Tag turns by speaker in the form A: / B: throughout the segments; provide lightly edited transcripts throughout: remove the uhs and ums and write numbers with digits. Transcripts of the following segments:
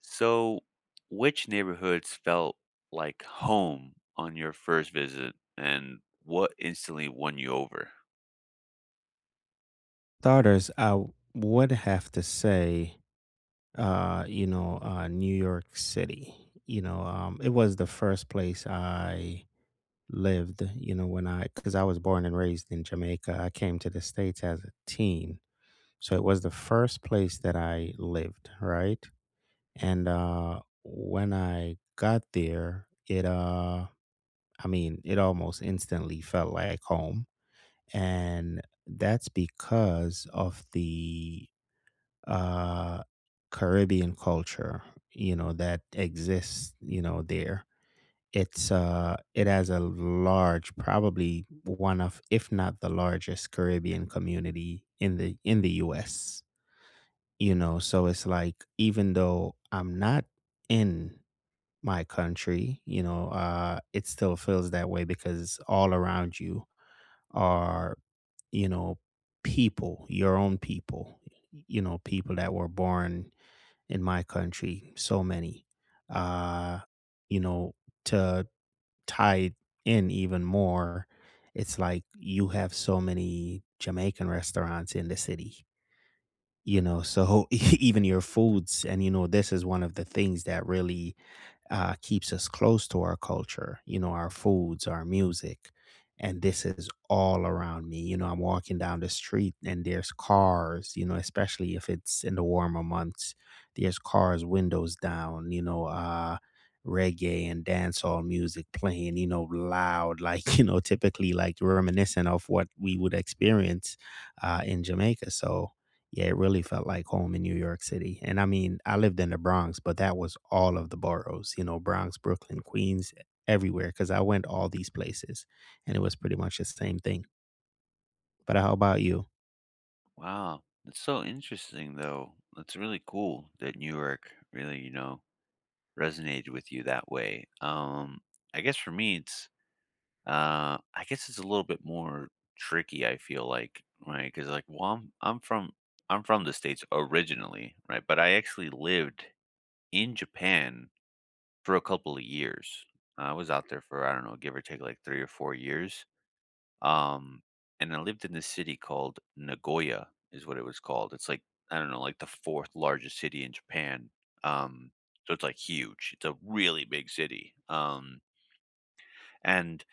A: So, which neighborhoods felt like home on your first visit, and what instantly won you over?
B: Starters, I would have to say, New York City. It was the first place I lived. When I, because I was born and raised in Jamaica, I came to the states as a teen, so it was the first place that I lived. Right. And when I got there, it almost instantly felt like home, and that's because of the uh, Caribbean culture, that exists, there. It has a large, probably one of, if not the largest Caribbean community in the U.S. You know, so it's like even though I'm not in my country, it still feels that way because all around you are, you know, people, your own people, you know, people that were born in my country, so many. Uh, you know, to tie it in even more, it's like you have so many Jamaican restaurants in the city, you know, so even your foods, and you know, this is one of the things that really keeps us close to our culture, you know, our foods, our music. And this is all around me. You know, I'm walking down the street and there's cars, you know, especially if it's in the warmer months, there's cars, windows down, reggae and dancehall music playing, you know, loud, like, you know, typically like reminiscent of what we would experience in Jamaica. So, yeah, it really felt like home in New York City. And I mean, I lived in the Bronx, but that was all of the boroughs, you know, Bronx, Brooklyn, Queens, everywhere, because I went all these places and it was pretty much the same thing. But how about you?
A: Wow, that's so interesting, though. That's really cool that New York really, resonated with you that way. I guess for me, I guess it's a little bit more tricky. I feel like, right? Because like, well, I'm from the states originally, right? But I actually lived in Japan for a couple of years. I was out there for, I don't know, give or take like 3 or 4 years, um, and I lived in this city called Nagoya is what it was called. It's like, I don't know, like the 4th largest city in Japan, um, so it's, like, huge. It's a really big city, and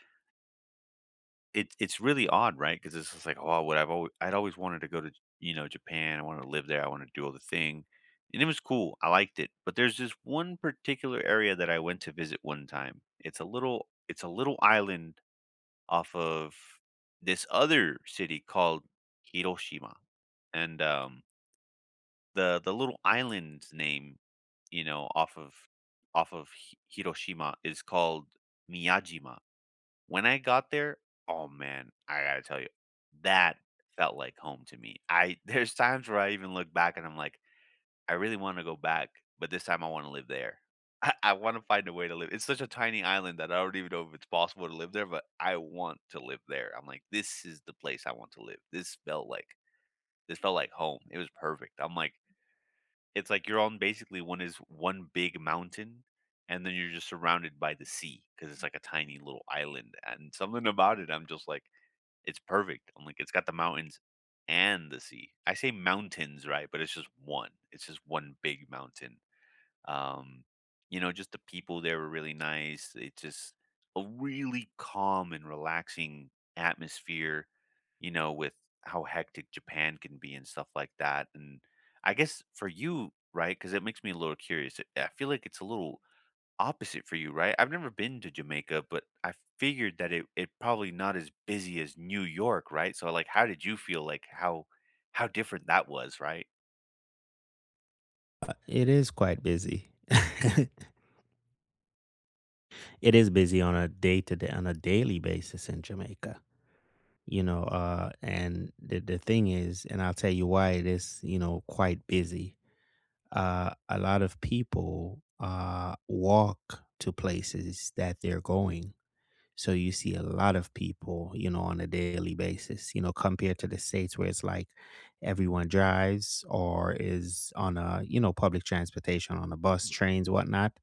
A: it's really odd, right? Because it's just like, "Oh, what I'd always wanted to go to, you know, Japan. I wanted to live there. I wanted to do all the thing." And it was cool. I liked it. But there's this one particular area that I went to visit one time. It's a little island off of this other city called Hiroshima. And, the little island's name, you know, off of Hi Hiroshima is called Miyajima. When I got there, oh man, I gotta tell you, that felt like home to me. I there's times where I even look back and I'm like, I really want to go back, but this time I want to live there. I want to find a way to live. It's such a tiny island that I don't even know if it's possible to live there, but I want to live there. I'm like, this is the place I want to live. This felt like home. It was perfect. I'm like, it's like you're on basically one big mountain, and then you're just surrounded by the sea because it's like a tiny little island. And something about it, I'm just like, it's perfect. I'm like, it's got the mountains and the sea. I say mountains, right? But it's just one. It's just one big mountain. Um, you know, just the people there were really nice. It's just a really calm and relaxing atmosphere, you know, with how hectic Japan can be and stuff like that. And I guess for you, right? Because it makes me a little curious. I feel like it's a little opposite for you, right? I've never been to Jamaica, but I figured that it probably not as busy as New York, right? So like, how did you feel? How different that was, right?
B: It is quite busy. It is busy on a day to day, on a daily basis in Jamaica, and the thing is, and I'll tell you why it is, you know, quite busy. A lot of people walk to places that they're going. So you see a lot of people, you know, on a daily basis, you know, compared to the States where it's like everyone drives or is on a, you know, public transportation, on a bus, trains, whatnot.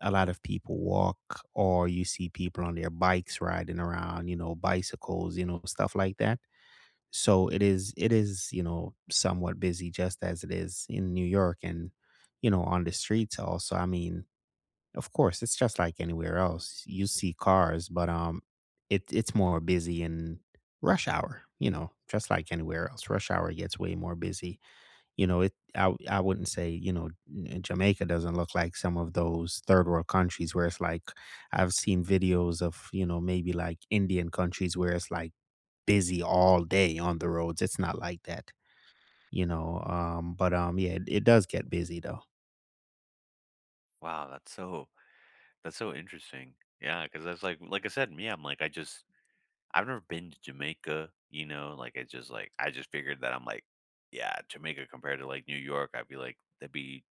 B: A lot of people walk or you see people on their bikes riding around, you know, bicycles, you know, stuff like that. So it is, it is, you know, somewhat busy just as it is in New York. And you know, on the streets also, I mean, of course, it's just like anywhere else, you see cars. But it's more busy in rush hour, you know, just like anywhere else, rush hour gets way more busy. You know, I wouldn't say, Jamaica doesn't look like some of those third world countries where it's like I've seen videos of, you know, maybe like Indian countries where it's like busy all day on the roads. It's not like that, you know. But Yeah, it does get busy though.
A: Wow, that's so That's so interesting. Yeah. Because that's like I said, I'm like, I've never been to Jamaica, you know, like, it's just like I just figured that I'm like, yeah, Jamaica compared to, like, New York, I'd be like, that'd be,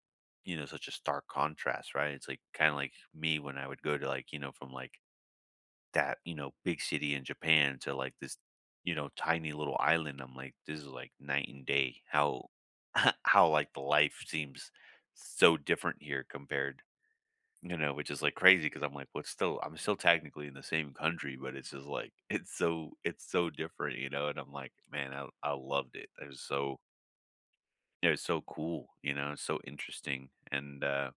A: you know, such a stark contrast, right? It's like kinda like me when I would go to, like, you know, from, like, that, you know, big city in Japan to, like, this, you know, tiny little island. I'm like, this is like night and day how how, like, the life seems so different here compared you know, which is like crazy because I'm like, what's still I'm still technically in the same country, but it's just like it's so different, you know. And I'm like, man, I loved it. It was so cool, you know, so interesting. And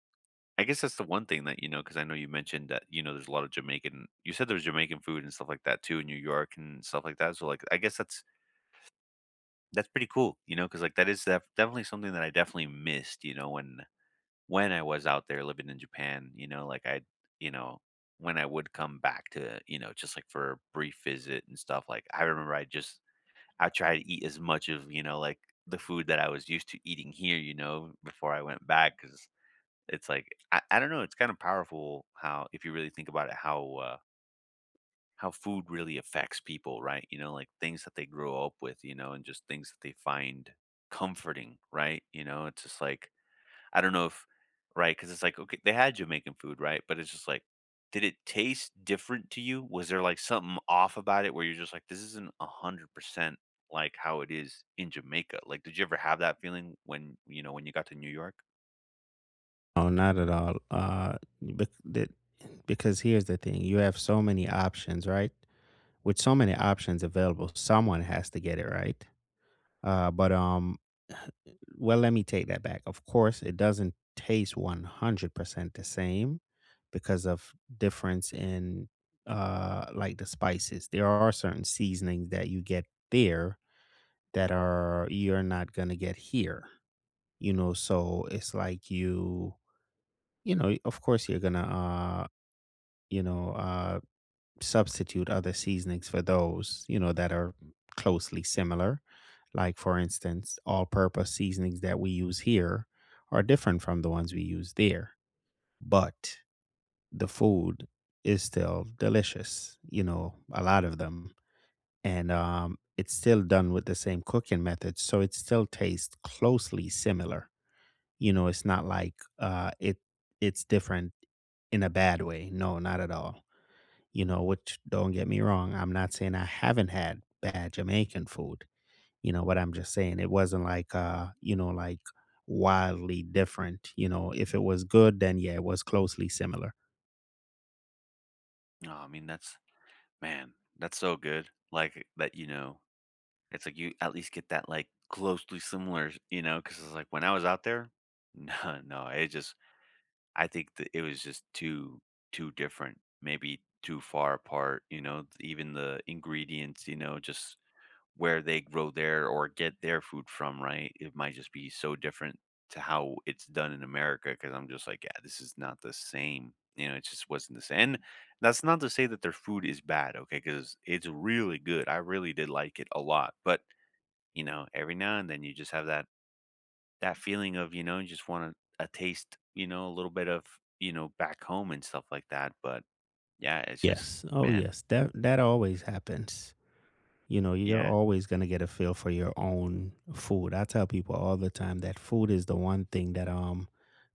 A: I guess that's the one thing that you know, because I know you mentioned that you know there's a lot of Jamaican. You said there's Jamaican food and stuff like that too in New York and stuff like that. So like, that's pretty cool, you know, because like that is definitely something that I definitely missed, you know, when I was out there living in Japan, you know, you know, when I would come back to, you know, just like for a brief visit and stuff, like I remember I tried to eat as much of, you know, like the food that I was used to eating here, you know, before I went back. Cause it's like, I don't know, it's kind of powerful how, if you really think about it, how food really affects people, right? You know, like things that they grow up with, you know, and just things that they find comforting, right? You know, it's just like, I don't know if right? Because it's like, okay, they had Jamaican food, right? But it's just like, did it taste different to you? Was there like something off about it where you're just like, this isn't 100% like how it is in Jamaica? Like, did you ever have that feeling when, you know, when you got to New York?
B: No, not at all. Because here's the thing: you have so many options, right? With so many options available, someone has to get it right. Uh, but um, let me take that back. Of course, it doesn't taste 100% the same because of difference in like the spices. There are certain seasonings that you get there that are, you're not gonna get here, you know? So it's like you know, of course you're gonna, you know, uh, substitute other seasonings for those, you know, that are closely similar. Like for instance, all-purpose seasonings that we use here are different from the ones we use there, but the food is still delicious, you know, a lot of them. And It's still done with the same cooking method, so it still tastes closely similar. You know, it's not like it it's different in a bad way. No, not at all. You know, which, don't get me wrong, I'm not saying I haven't had bad Jamaican food. You know, but I'm just saying it wasn't like, wildly different. You know, if it was good, then yeah, it was closely similar.
A: No, I mean, that's, man, that's so good. Like, that, you know, it's like you at least get that like closely similar, you know? Because it's like when I was out there, no, no, it just I think that it was just too different, maybe too far apart, you know, even the ingredients, you know, just where they grow their or get their food from, right? It might just be so different to how it's done in America because I'm just like, yeah, this is not the same. You know, it just wasn't the same. And that's not to say that their food is bad, okay? Because it's really good. I really did like it a lot. But, you know, every now and then you just have that feeling of, you know, just want a taste, you know, a little bit of, you know, back home and stuff like that. But yeah, it's just,
B: Yes. Oh,
A: man,
B: yes. That always happens. You know, you're
A: yeah.
B: always gonna get a feel for your own food. I tell people all the time that food is the one thing that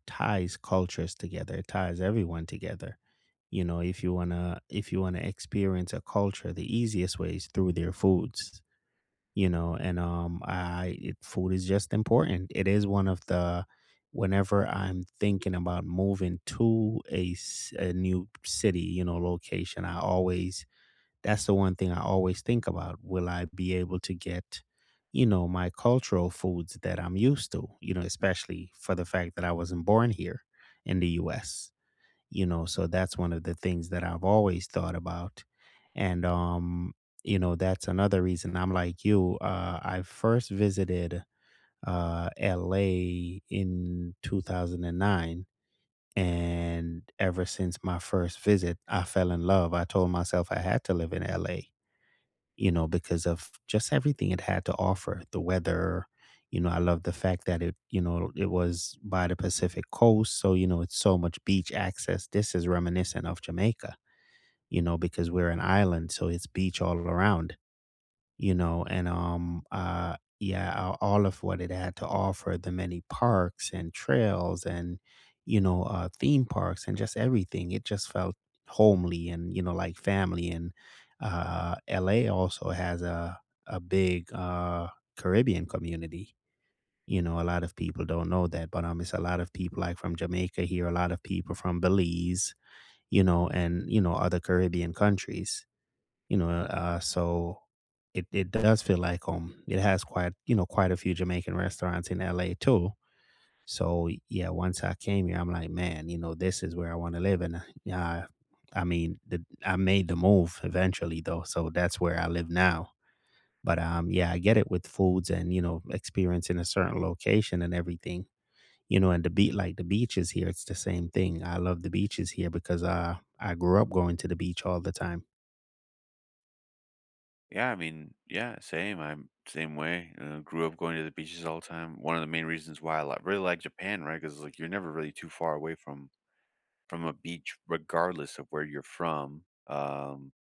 B: ties cultures together. It ties everyone together. You know, if you wanna, if you wanna experience a culture, the easiest way is through their foods. Food is just important. It is one of the, whenever I'm thinking about moving to a, a new city, you know, location, I always, that's the one thing I always think about. Will I be able to get, you know, my cultural foods that I'm used to, you know, especially for the fact that I wasn't born here in the US, you know, so that's one of the things that I've always thought about. And, um, you know, that's another reason I'm like you. I first visited LA in 2009. And ever since my first visit, I fell in love. I told myself I had to live in LA, you know, because of just everything it had to offer. The weather, you know, I love the fact that it, you know, it was by the Pacific coast. So, you know, it's so much beach access. This is reminiscent of Jamaica, you know, because we're an island. So it's beach all around. You know, and yeah, all of what it had to offer, the many parks and trails and, theme parks and just everything. It just felt homely and, you know, like family. And LA also has a big Caribbean community. You know, a lot of people don't know that, but it's a lot of people like from Jamaica here, a lot of people from Belize, you know, and, you know, other Caribbean countries, so it does feel like, it has quite, you know, quite a few Jamaican restaurants in LA too. So yeah, once I came here, I'm like, man, you know, this is where I want to live. And yeah, I mean, I made the move eventually though. So that's where I live now. But yeah, I get it with foods and, you know, experiencing a certain location and everything, you know, and the beat like the beaches here, it's the same thing. I love the beaches here because I grew up going to the beach all the time.
A: Yeah, I mean, yeah, same. I'm same way. Grew up going to the beaches all the time. One of the main reasons why I really like Japan, right? Because like you're never really too far away from a beach, regardless of where you're from.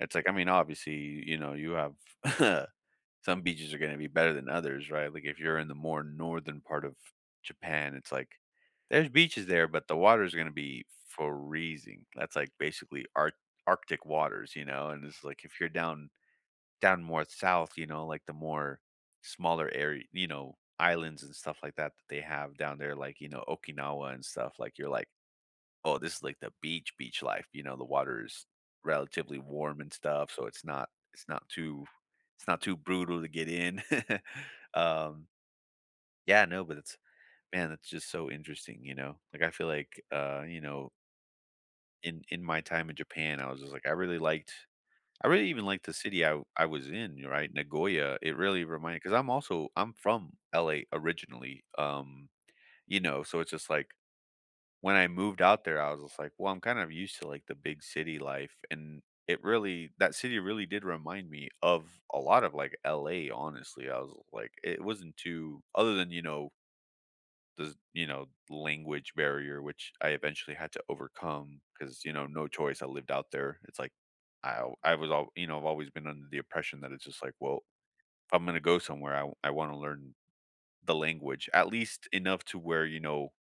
A: It's like I mean, obviously, you know, you have some beaches are gonna be better than others, right? Like, if you're in the more northern part of Japan, it's like there's beaches there, but the water is gonna be freezing. That's, like, basically Ar Arctic waters, you know, and it's like if you're down more south, you know, like the more smaller area you know, islands and stuff like that that they have down there, like, you know, Okinawa and stuff, like, you're like oh, this is like the beach, beach life, you know, the water is relatively warm and stuff, so it's not it's not too brutal to get in. um, yeah, no, but it's man, it's just so interesting, you know. Like I feel like you know, in my time in Japan, I was just like I really even liked the city I was in, right? Nagoya. It really reminded because I'm also I'm from LA originally. You know, so it's just like when I moved out there, I was just like, "Well, I'm kind of used to, like, the big city life," and it really that city really did remind me of a lot of, like, LA, honestly. I was like it wasn't too other than, you know, you know, language barrier, which I eventually had to overcome because you know, no choice, I lived out there. It's like, I was all you know, I've always been under the impression that it's just like, well, if I'm gonna go somewhere, I wanna learn the language, at least enough to where, you know,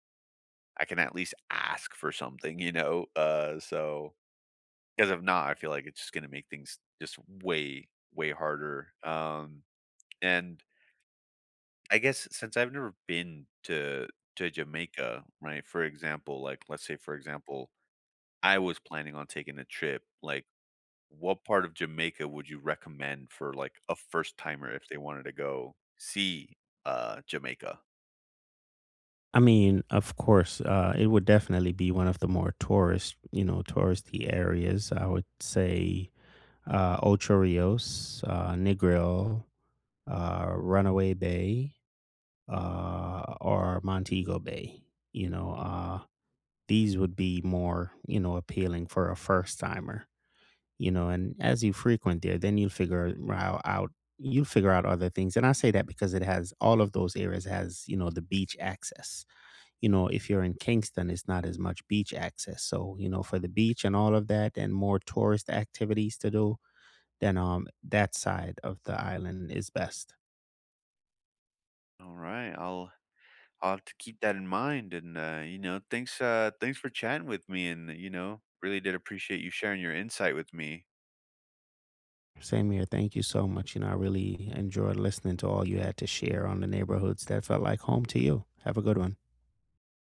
A: I can at least ask for something, you know? Because if not, I feel like it's just going to make things just way, way harder. And I guess since I've never been to Jamaica, right? For example, like let's say, for example, I was planning on taking a trip. Like, what part of Jamaica would you recommend for like a first timer if they wanted to go see Jamaica?
B: I mean, of course, it would definitely be one of the more tourist, you know, touristy areas. I would say Ocho Rios, Negril, Runaway Bay, or Montego Bay. You know, uh, these would be more, you know, appealing for a first timer. You know, and as you frequent there, then you'll figure rou- out you'll figure out other things. And I say that because it has all of those areas, has, you know, the beach access. You know, if you're in Kingston, it's not as much beach access. So, you know, for the beach and all of that and more tourist activities to do, then that side of the island is best.
A: All right, I'll have to keep that in mind. And you know, thanks thanks for chatting with me and you know, really did appreciate you sharing your insight with me.
B: Same here. Thank you so much. You know, I really enjoyed listening to all you had to share on the neighborhoods that felt like home to you. Have a good one.